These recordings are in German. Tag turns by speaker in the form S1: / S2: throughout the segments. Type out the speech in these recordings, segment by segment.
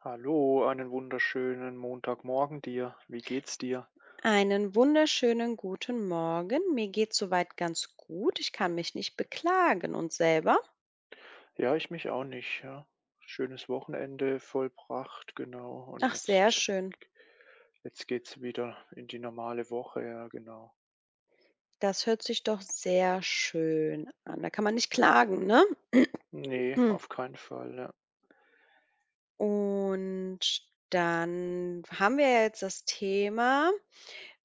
S1: Hallo, einen wunderschönen Montagmorgen dir. Wie geht's dir?
S2: Einen wunderschönen guten Morgen. Mir geht soweit ganz gut. Ich kann mich nicht beklagen, und selber?
S1: Ja, ich mich auch nicht, ja. Schönes Wochenende vollbracht, genau. Und
S2: Ach, sehr
S1: jetzt
S2: schön.
S1: jetzt geht's wieder in die normale Woche, ja, genau.
S2: Das hört sich doch sehr schön an. Da kann man nicht klagen, ne?
S1: Ne,
S2: Hm.
S1: auf keinen Fall, ja.
S2: Und dann haben wir ja jetzt das Thema: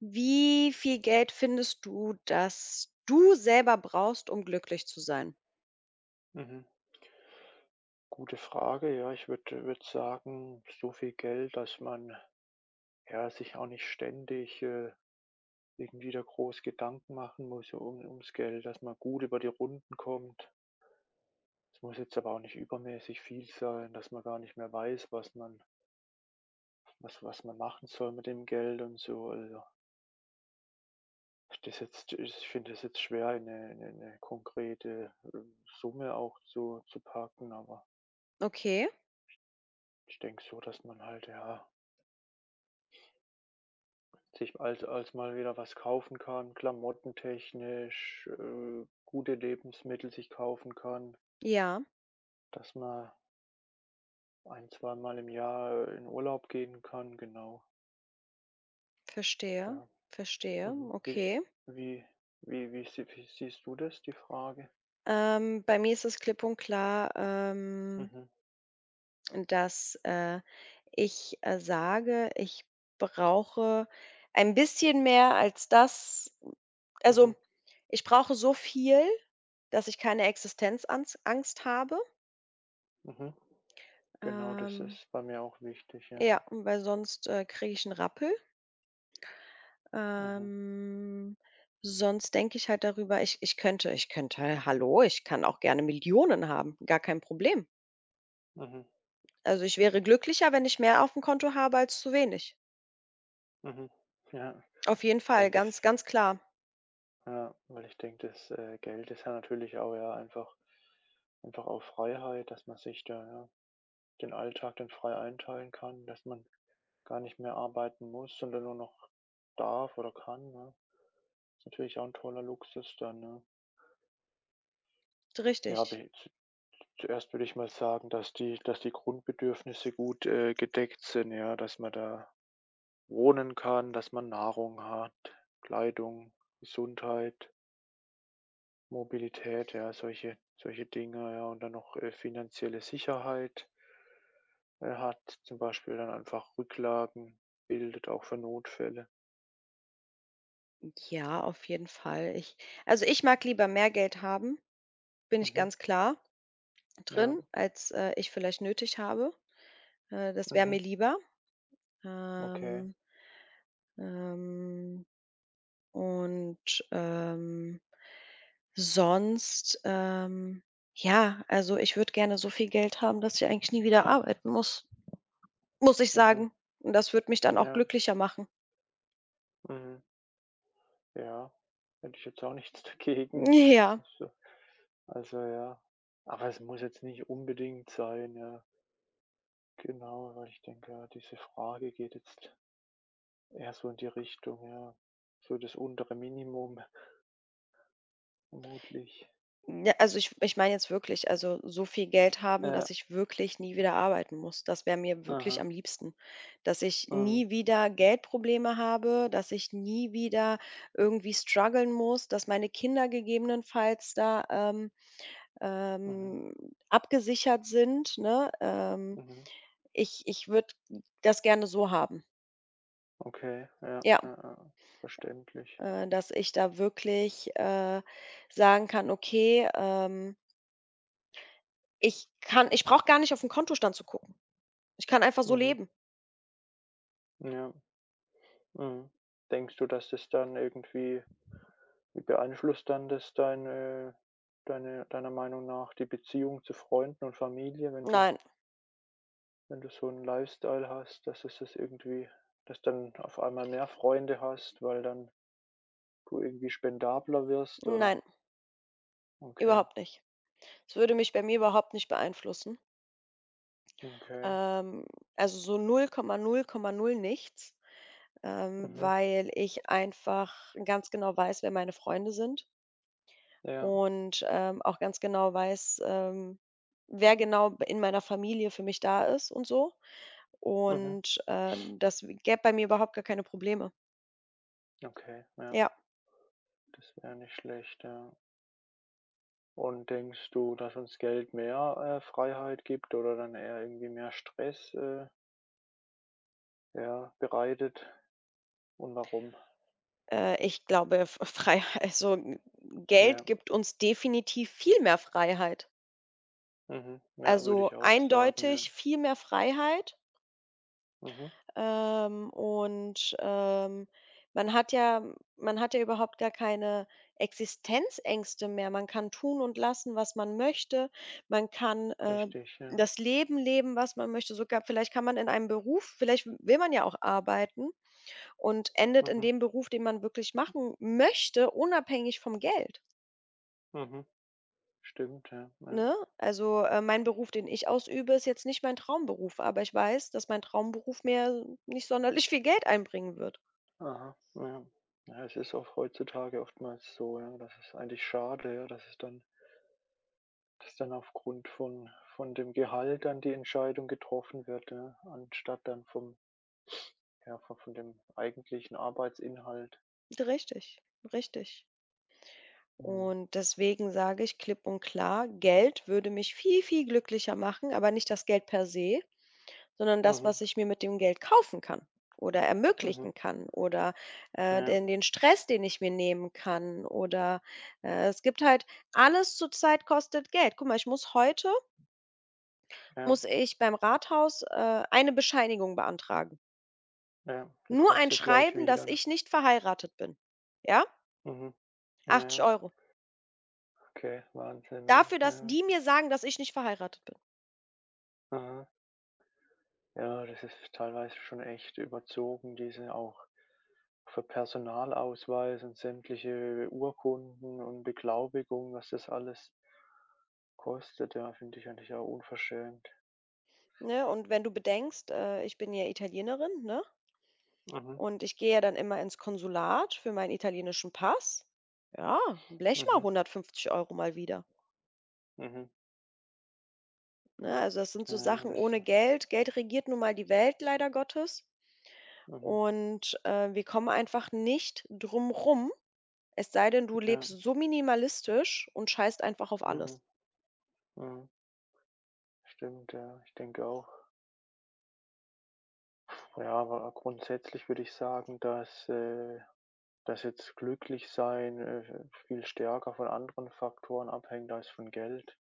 S2: Wie viel Geld findest du, dass du selber brauchst, um glücklich zu sein?
S1: Mhm. Gute Frage, ja. Ich würde sagen, so viel Geld, dass man, ja, sich auch nicht ständig, irgendwie da groß Gedanken machen muss um ums Geld, dass man gut über die Runden kommt. Es muss jetzt aber auch nicht übermäßig viel sein, dass man gar nicht mehr weiß, was man machen soll mit dem Geld und so. Also, das jetzt ich finde es jetzt schwer, eine 'ne konkrete, Summe auch zu packen, aber
S2: Okay,
S1: ich denke so, dass man halt, ja, sich als mal wieder was kaufen kann, klamottentechnisch, gute Lebensmittel sich kaufen kann,
S2: ja,
S1: dass man ein zweimal im Jahr in Urlaub gehen kann, genau,
S2: verstehe,
S1: ja.
S2: verstehe,
S1: Mhm.
S2: okay.
S1: Wie wie siehst du das, die Frage?
S2: Bei mir ist es klipp und klar,
S1: Mhm,
S2: dass, ich, sage, ich brauche ein bisschen mehr als das. Also,
S1: mhm,
S2: ich brauche so viel, dass ich keine Existenzangst Angst habe.
S1: mhm. Genau, das
S2: Ähm,
S1: ist bei mir auch wichtig, ja.
S2: ja, weil sonst, kriege ich einen Rappel.
S1: Mhm,
S2: Ähm, Sonst denke ich halt darüber ich könnte hallo, ich kann auch gerne Millionen haben, gar kein Problem.
S1: mhm,
S2: Also, ich wäre glücklicher, wenn ich mehr auf dem Konto habe als zu wenig.
S1: mhm. Ja,
S2: Auf jeden
S1: ich
S2: Fall,
S1: denke, das
S2: ganz, ganz klar.
S1: ja, weil ich denke, das, Geld ist ja natürlich auch ja einfach auch Freiheit, dass man sich da, ja, den Alltag dann frei einteilen kann, dass man gar nicht mehr arbeiten muss, sondern nur noch darf oder kann, ne? Ist natürlich auch ein toller Luxus dann, ne? Ja, habe
S2: Richtig.
S1: ich Zuerst würde ich mal sagen, dass die Grundbedürfnisse gut, gedeckt sind, ja, dass man da wohnen kann, dass man Nahrung hat, Kleidung, Gesundheit, Mobilität, ja, solche Dinge, ja, und dann noch, finanzielle Sicherheit hat, zum Beispiel dann einfach Rücklagen bildet, auch für Notfälle.
S2: Ja, auf jeden Fall. Ich, also, ich mag lieber mehr Geld haben, bin ich
S1: Mhm,
S2: ganz klar
S1: ja,
S2: drin, als, ich vielleicht nötig habe. Das wäre
S1: mhm,
S2: mir lieber.
S1: okay,
S2: Ähm, ähm, und, ähm, sonst, ähm, ja, also, ich würde gerne so viel Geld haben, dass ich eigentlich nie wieder arbeiten muss, muss ich
S1: mhm,
S2: sagen. Und das würde mich dann auch
S1: ja,
S2: glücklicher machen.
S1: mhm, ja. Hätte ich jetzt auch nichts dagegen.
S2: Ja.
S1: Also, ja. Aber es muss jetzt nicht unbedingt sein, ja. Genau, weil ich denke, ja, diese Frage geht jetzt eher so in die Richtung, ja, so das untere Minimum vermutlich.
S2: Ja, also ich meine jetzt wirklich, also so viel Geld haben,
S1: Ja,
S2: dass ich wirklich nie wieder arbeiten muss. Das wäre mir wirklich
S1: aha,
S2: am liebsten, dass ich
S1: mhm,
S2: nie wieder Geldprobleme habe, dass ich nie wieder irgendwie struggeln muss, dass meine Kinder gegebenenfalls da,
S1: mhm,
S2: ähm, abgesichert sind, ne?
S1: mhm.
S2: Ich würde das gerne so haben.
S1: Okay, ja,
S2: Ja,
S1: ja, ja, verständlich.
S2: dass ich da wirklich, sagen kann: „Okay, Ich kann, ich brauche gar nicht auf 'n Kontostand zu gucken. Ich kann einfach so
S1: Mhm,
S2: leben.
S1: ja, mhm. Denkst du, dass das dann irgendwie wie beeinflusst dann das deiner Meinung nach die Beziehung zu Freunden und Familie, wenn du
S2: Nein,
S1: Wenn du so einen Lifestyle hast, dass es das irgendwie dass dann auf einmal mehr Freunde hast, weil dann du irgendwie spendabler wirst, oder?
S2: nein,
S1: Okay,
S2: überhaupt nicht. Es würde mich bei mir überhaupt nicht beeinflussen.
S1: okay.
S2: Ähm, also so null null Komma null, Komma null nichts,
S1: Mhm.
S2: weil ich einfach ganz genau weiß, wer meine Freunde sind,
S1: Ja.
S2: und, auch ganz genau weiß, wer genau b in meiner Familie für mich da ist und so.
S1: Mhm.
S2: Und, das w gäbe bei mir überhaupt gar keine Probleme.
S1: Okay, ja.
S2: Ja.
S1: Das wäre nicht schlecht, ja. Und denkst du, dass uns Geld mehr, Freiheit gibt oder dann eher irgendwie mehr Stress, ja, bereitet und warum?
S2: Ich glaube, F Frei, also,
S1: Ja.
S2: Geld gibt uns definitiv viel mehr Freiheit.
S1: Mhm. Ja, würde
S2: Also,
S1: ich auch sagen, ja.
S2: eindeutig viel mehr Freiheit,
S1: Mhm.
S2: ähm, und, ähm, man hat ja man hat ja überhaupt gar keine Existenzängste mehr. Man kann tun und lassen, was man möchte. Man kann,
S1: Richtig, ja.
S2: das Leben leben, was man möchte. Sogar vielleicht kann man in einem Beruf vielleicht will man ja auch arbeiten und endet in
S1: Mhm.
S2: dem Beruf, den man wirklich machen möchte, unabhängig vom Geld.
S1: Mhm. Stimmt, ja, ja.
S2: Ne? Also, mein Beruf, den ich ausübe, ist jetzt nicht mein Traumberuf, aber ich weiß, dass mein Traumberuf mir nicht sonderlich viel Geld einbringen wird.
S1: Aha, ja. Ja, es ist auch heutzutage oftmals so, ja. Das ist eigentlich schade, ja, dass dann aufgrund von dem Gehalt dann die Entscheidung getroffen wird, ja, anstatt dann vom ja, von dem eigentlichen Arbeitsinhalt.
S2: Richtig, richtig.
S1: Mhm.
S2: Und deswegen sage ich klipp und klar, Geld würde mich viel, viel glücklicher machen, aber nicht das Geld per se, sondern das,
S1: Mhm.
S2: was ich mir mit dem Geld kaufen kann oder
S1: Mhm.
S2: ermöglichen kann, oder,
S1: Ja,
S2: den Stress, den ich mir nehmen kann, oder, es gibt halt alles zurzeit kostet Geld. Guck mal, ich muss heute
S1: ja,
S2: muss ich beim Rathaus, eine Bescheinigung beantragen.
S1: ja. Die
S2: Nur ein
S1: kostet gleich
S2: Schreiben, dass
S1: wieder, ne?
S2: ich nicht verheiratet bin, ja?
S1: Mhm.
S2: 80
S1: Ja,
S2: Euro
S1: okay, Wahnsinn, ja,
S2: Dafür, dass
S1: ja.
S2: die mir sagen, dass ich nicht verheiratet bin,
S1: Aha. Ja, das ist teilweise schon echt überzogen, diese auch. Für Personalausweis und sämtliche Urkunden und Beglaubigungen, was das alles kostet, ja, finde ich eigentlich auch unverschämt.
S2: ne? Und wenn du bedenkst, ich bin ja Italienerin, ne?
S1: Mhm,
S2: Und ich gehe ja dann immer ins Konsulat für meinen italienischen Pass. Ja, blech mal
S1: mhm,
S2: 150 Euro mal wieder.
S1: mhm.
S2: Ne? Also das sind so
S1: Ja,
S2: Sachen
S1: das
S2: ohne Geld. Geld regiert nun mal die Welt, leider Gottes.
S1: mhm,
S2: Und wir kommen einfach nicht drum rum, es sei denn, du
S1: ja,
S2: lebst so minimalistisch und scheißt einfach auf
S1: mhm,
S2: alles.
S1: mhm. Stimmt, ja, ich denke auch. Ja, aber grundsätzlich würde ich sagen, dass jetzt glücklich sein, viel stärker von anderen Faktoren abhängt als von Geld,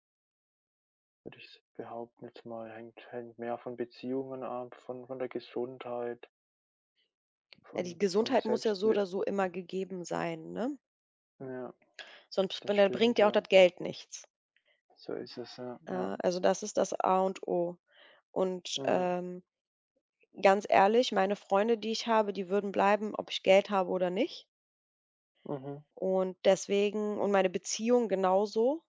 S1: würde ich s behaupten jetzt mal. Hängt mehr von Beziehungen ab, von der Gesundheit,
S2: Ja, die
S1: von
S2: Gesundheit muss ja so
S1: Selbstwert,
S2: oder so immer gegeben sein, ne?
S1: ja,
S2: Sonst
S1: das
S2: dann bringt
S1: stimmt,
S2: ja auch
S1: ja.
S2: das Geld nichts.
S1: So ist es, ja,
S2: Äh,
S1: ja,
S2: also das ist das A und O. Und
S1: ja.
S2: ganz ehrlich, meine Freunde, die ich habe, die würden bleiben, ob ich Geld habe oder nicht.
S1: Mhm,
S2: Und deswegen, und meine Beziehung genauso.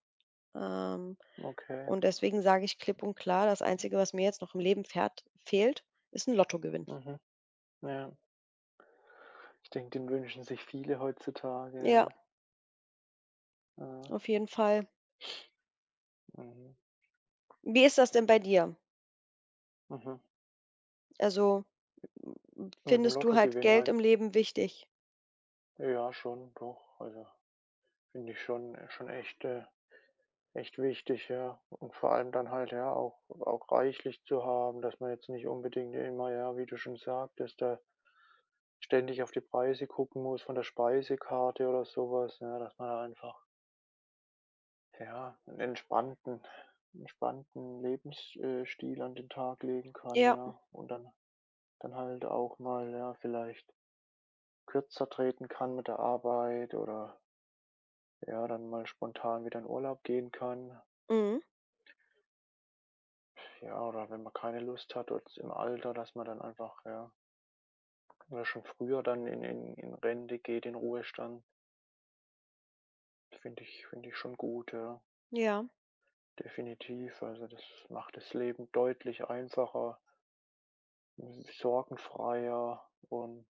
S2: Ähm,
S1: okay,
S2: und deswegen sage ich klipp und klar, das Einzige, was mir jetzt noch im Leben fährt fehlt, ist ein Lottogewinn.
S1: mhm, ja. Ich denke, den wünschen sich viele heutzutage,
S2: Ja,
S1: ja. Ja,
S2: auf jeden Fall.
S1: mhm,
S2: Wie ist das denn bei dir?
S1: mhm.
S2: Also, m
S1: Mit dem
S2: findest du halt
S1: Lottogewinn
S2: Geld
S1: mein
S2: im Leben wichtig?
S1: Ja, schon, doch. Also, finde ich schon echt wichtig, ja. Und vor allem dann halt, ja, auch reichlich zu haben, dass man jetzt nicht unbedingt immer, ja, wie du schon sagtest, da ständig auf die Preise gucken muss von der Speisekarte oder sowas, ja, dass man da einfach, ja, einen entspannten Lebensstil Stil an den Tag legen kann,
S2: Ja.
S1: ja. Und dann halt auch mal, ja, vielleicht kürzer treten kann mit der Arbeit oder, ja, dann mal spontan wieder in Urlaub gehen kann.
S2: Mhm.
S1: Ja, oder wenn man keine Lust hat jetzt im Alter, dass man dann einfach, ja, oder schon früher dann in Rente geht, in Ruhestand, finde ich schon gut, ja,
S2: Ja.
S1: definitiv. Also, das macht das Leben deutlich einfacher, sorgenfreier und,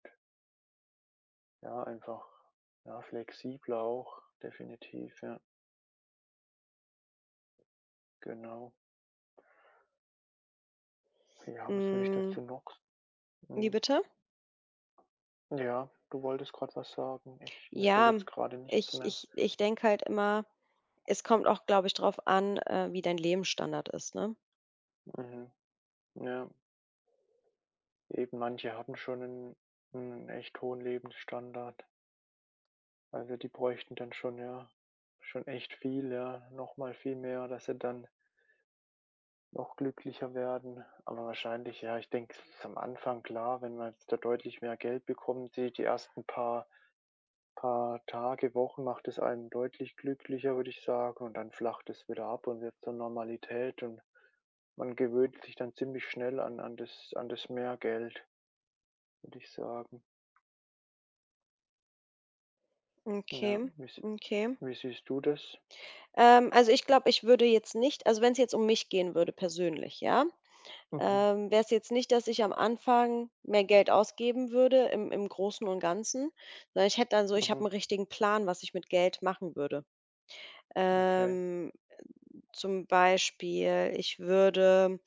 S1: ja, einfach, ja, flexibler auch, definitiv, ja, genau. Ja, was würde ich
S2: Hm,
S1: dazu noch,
S2: wie
S1: hm,
S2: bitte?
S1: ja, du wolltest gerade was sagen. Ich Mir fällt
S2: Ja,
S1: jetzt gerade nichts
S2: ich
S1: mehr.
S2: ich ich denke halt immer, es kommt auch, glaube ich, drauf an, wie dein Lebensstandard ist, ne?
S1: Mhm, ja. Eben, manche hatten schon 'nen echt hohen Lebensstandard. Also, die bräuchten dann schon, ja, schon echt viel, ja, noch mal viel mehr, dass sie dann noch glücklicher werden. Aber wahrscheinlich, ja, ich denke, es ist am Anfang klar, wenn man jetzt da deutlich mehr Geld bekommt, die ersten paar Tage, Wochen macht es einen deutlich glücklicher, würde ich sagen, und dann flacht es wieder ab und wird zur Normalität und man gewöhnt sich dann ziemlich schnell an das mehr Geld, würde ich sagen.
S2: Okay,
S1: Ja,
S2: okay.
S1: wie siehst du das?
S2: Also, ich glaube, ich würde jetzt nicht, also, wenn es jetzt um mich gehen würde persönlich, ja,
S1: Mhm,
S2: wäre es jetzt nicht, dass ich am Anfang mehr Geld ausgeben würde im Großen und Ganzen, sondern ich hätte dann so, ich habe
S1: mhm,
S2: einen richtigen Plan, was ich mit Geld machen würde.
S1: okay,
S2: Ähm, zum Beispiel, ich würde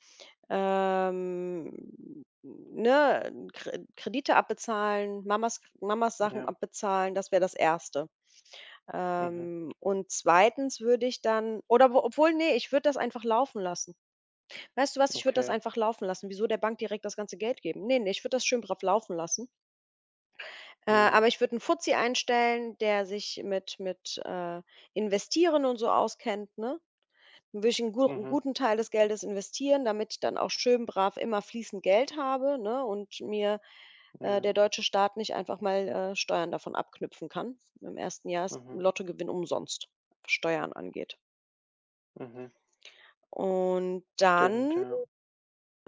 S2: ne, Kredite abbezahlen, Mamas Sachen
S1: ja,
S2: abbezahlen, das wäre das Erste.
S1: mhm,
S2: Und zweitens würde ich dann, oder wo obwohl, nee, ich würde das einfach laufen lassen. Weißt du was, ich würde das
S1: okay,
S2: einfach laufen lassen. Wieso der Bank direkt das ganze Geld geben? Ne, ne, ich würde das schön brav laufen lassen.
S1: ja,
S2: Aber ich würde einen Fuzzi einstellen, der sich mit Investieren und so auskennt, ne? Würde ich einen gur
S1: mhm,
S2: guten Teil des Geldes investieren, damit ich dann auch schön brav immer fließend Geld habe, ne, und mir,
S1: ja,
S2: der deutsche Staat nicht einfach mal, Steuern davon abknüpfen kann. Im ersten Jahr ist
S1: mhm,
S2: Lottogewinn umsonst, was Steuern angeht.
S1: mhm,
S2: Und
S1: stimmt,
S2: dann,
S1: ja,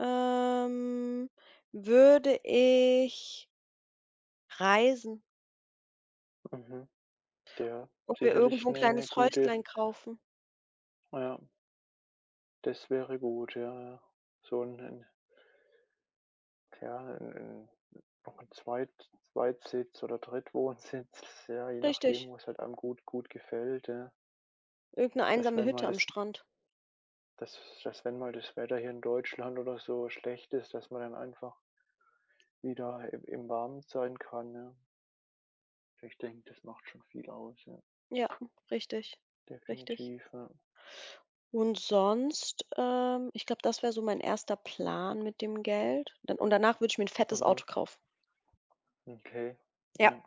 S2: ähm, würde ich reisen
S1: mhm, ja,
S2: und mir
S1: sicherlich
S2: irgendwo ein
S1: eine 'ne
S2: kleines
S1: gute
S2: Häuslein kaufen.
S1: ja, das wäre gut, ja, ja. So ein 'n Ja, ein 'n noch ein Zweitsitz oder Drittwohnsitz, ja, je nachdem,
S2: Richtig,
S1: wo es halt einem gut gefällt, ja.
S2: irgendeine
S1: Dass
S2: einsame
S1: wenn
S2: Hütte
S1: mal
S2: am
S1: das
S2: Strand.
S1: dass wenn mal das Wetter hier in Deutschland oder so schlecht ist, dass man dann einfach wieder im Warmen sein kann, ja. Ich denke, das macht schon viel aus, ja,
S2: Ja, richtig, richtig.
S1: definitiv, ja.
S2: Und sonst, ich glaube, das wäre so mein erster Plan mit dem Geld. Dann und danach würde ich mir ein fettes
S1: Mhm,
S2: Auto kaufen.
S1: okay.
S2: Ja.
S1: Ja,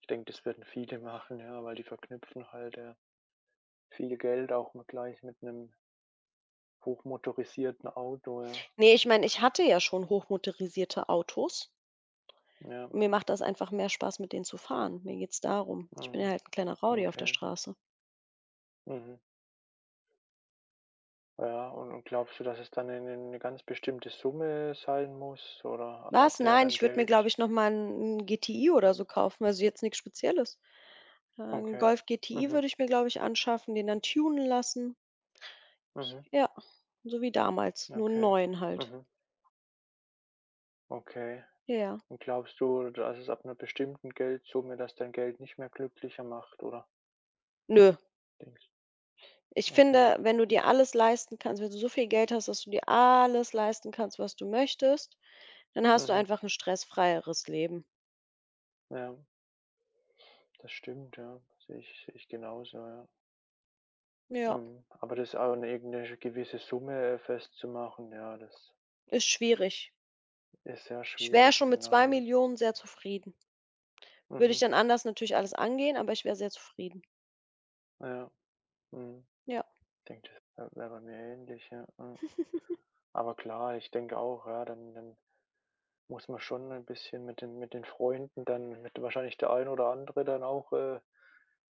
S1: ich denke, das werden viele machen, ja, weil die verknüpfen halt, ja, viel Geld auch mal gleich mit einem hochmotorisierten Auto, ja.
S2: Ne, ich meine, ich hatte ja schon hochmotorisierte Autos.
S1: Ja,
S2: Mir macht das einfach mehr Spaß, mit denen zu fahren. Mir geht's darum. Ich bin ja
S1: mhm,
S2: halt ein kleiner Rowdy auf der
S1: okay,
S2: Straße.
S1: mhm. Ja, und glaubst du, dass es dann eine ganz bestimmte Summe sein muss oder ab
S2: Was?
S1: ab der
S2: Nein,
S1: dann
S2: ich würde mir,
S1: Geld,
S2: glaube ich, noch mal 'n GTI oder so kaufen, also jetzt nichts Spezielles. 'N
S1: okay.
S2: Golf GTI
S1: Mhm,
S2: würde ich mir, glaube ich, anschaffen, den dann tunen lassen.
S1: mhm,
S2: Ja, so wie damals, nur 'n
S1: okay.
S2: neuen halt.
S1: Mhm, okay.
S2: Ja, ja.
S1: Und glaubst du, dass es ab einer bestimmten Geldsumme, dass dein Geld nicht mehr glücklicher macht, oder?
S2: Nö.
S1: Denkst
S2: Ich
S1: Okay.
S2: finde, wenn du dir alles leisten kannst, wenn du so viel Geld hast, dass du dir alles leisten kannst, was du möchtest, dann hast du
S1: Mhm.
S2: einfach ein stressfreieres Leben.
S1: Ja, das stimmt, ja. Sehe ich genauso, ja.
S2: Ja,
S1: Mhm. Aber das auch an irgend 'ne gewisse Summe festzumachen, ja, das
S2: ist schwierig.
S1: ist sehr
S2: Ich wäre
S1: schwierig,
S2: schon mit zwei
S1: genau, ja.
S2: Millionen sehr zufrieden. Würde ich
S1: Mhm.
S2: dann anders natürlich alles angehen, aber ich wäre sehr zufrieden.
S1: Ja, mhm.
S2: Ja.
S1: Ich denke, das wäre bei mir ähnlich, ja, ja. Aber klar, ich denke auch, ja, dann muss man schon ein bisschen mit den Freunden, dann wird wahrscheinlich der ein oder andere dann auch,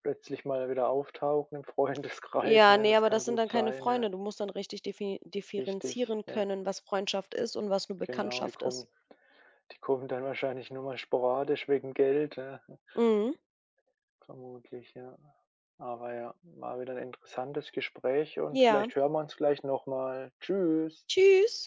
S1: plötzlich mal wieder auftauchen im Freundeskreis,
S2: Ja,
S1: ne?
S2: nee,
S1: Das
S2: aber das
S1: kann
S2: sind
S1: gut
S2: dann keine
S1: sein, ja.
S2: Freunde. Du musst dann richtig defi
S1: Richtig,
S2: differenzieren
S1: ja,
S2: können, was Freundschaft ist und was nur
S1: genau. Die
S2: Bekanntschaft ist.
S1: kommen die kommen dann wahrscheinlich nur mal sporadisch wegen Geld, ja,
S2: Mhm.
S1: vermutlich, ja. Aber ja, war wieder ein interessantes Gespräch und
S2: Ja.
S1: vielleicht hören wir uns gleich noch mal. Tschüss.
S2: Tschüss.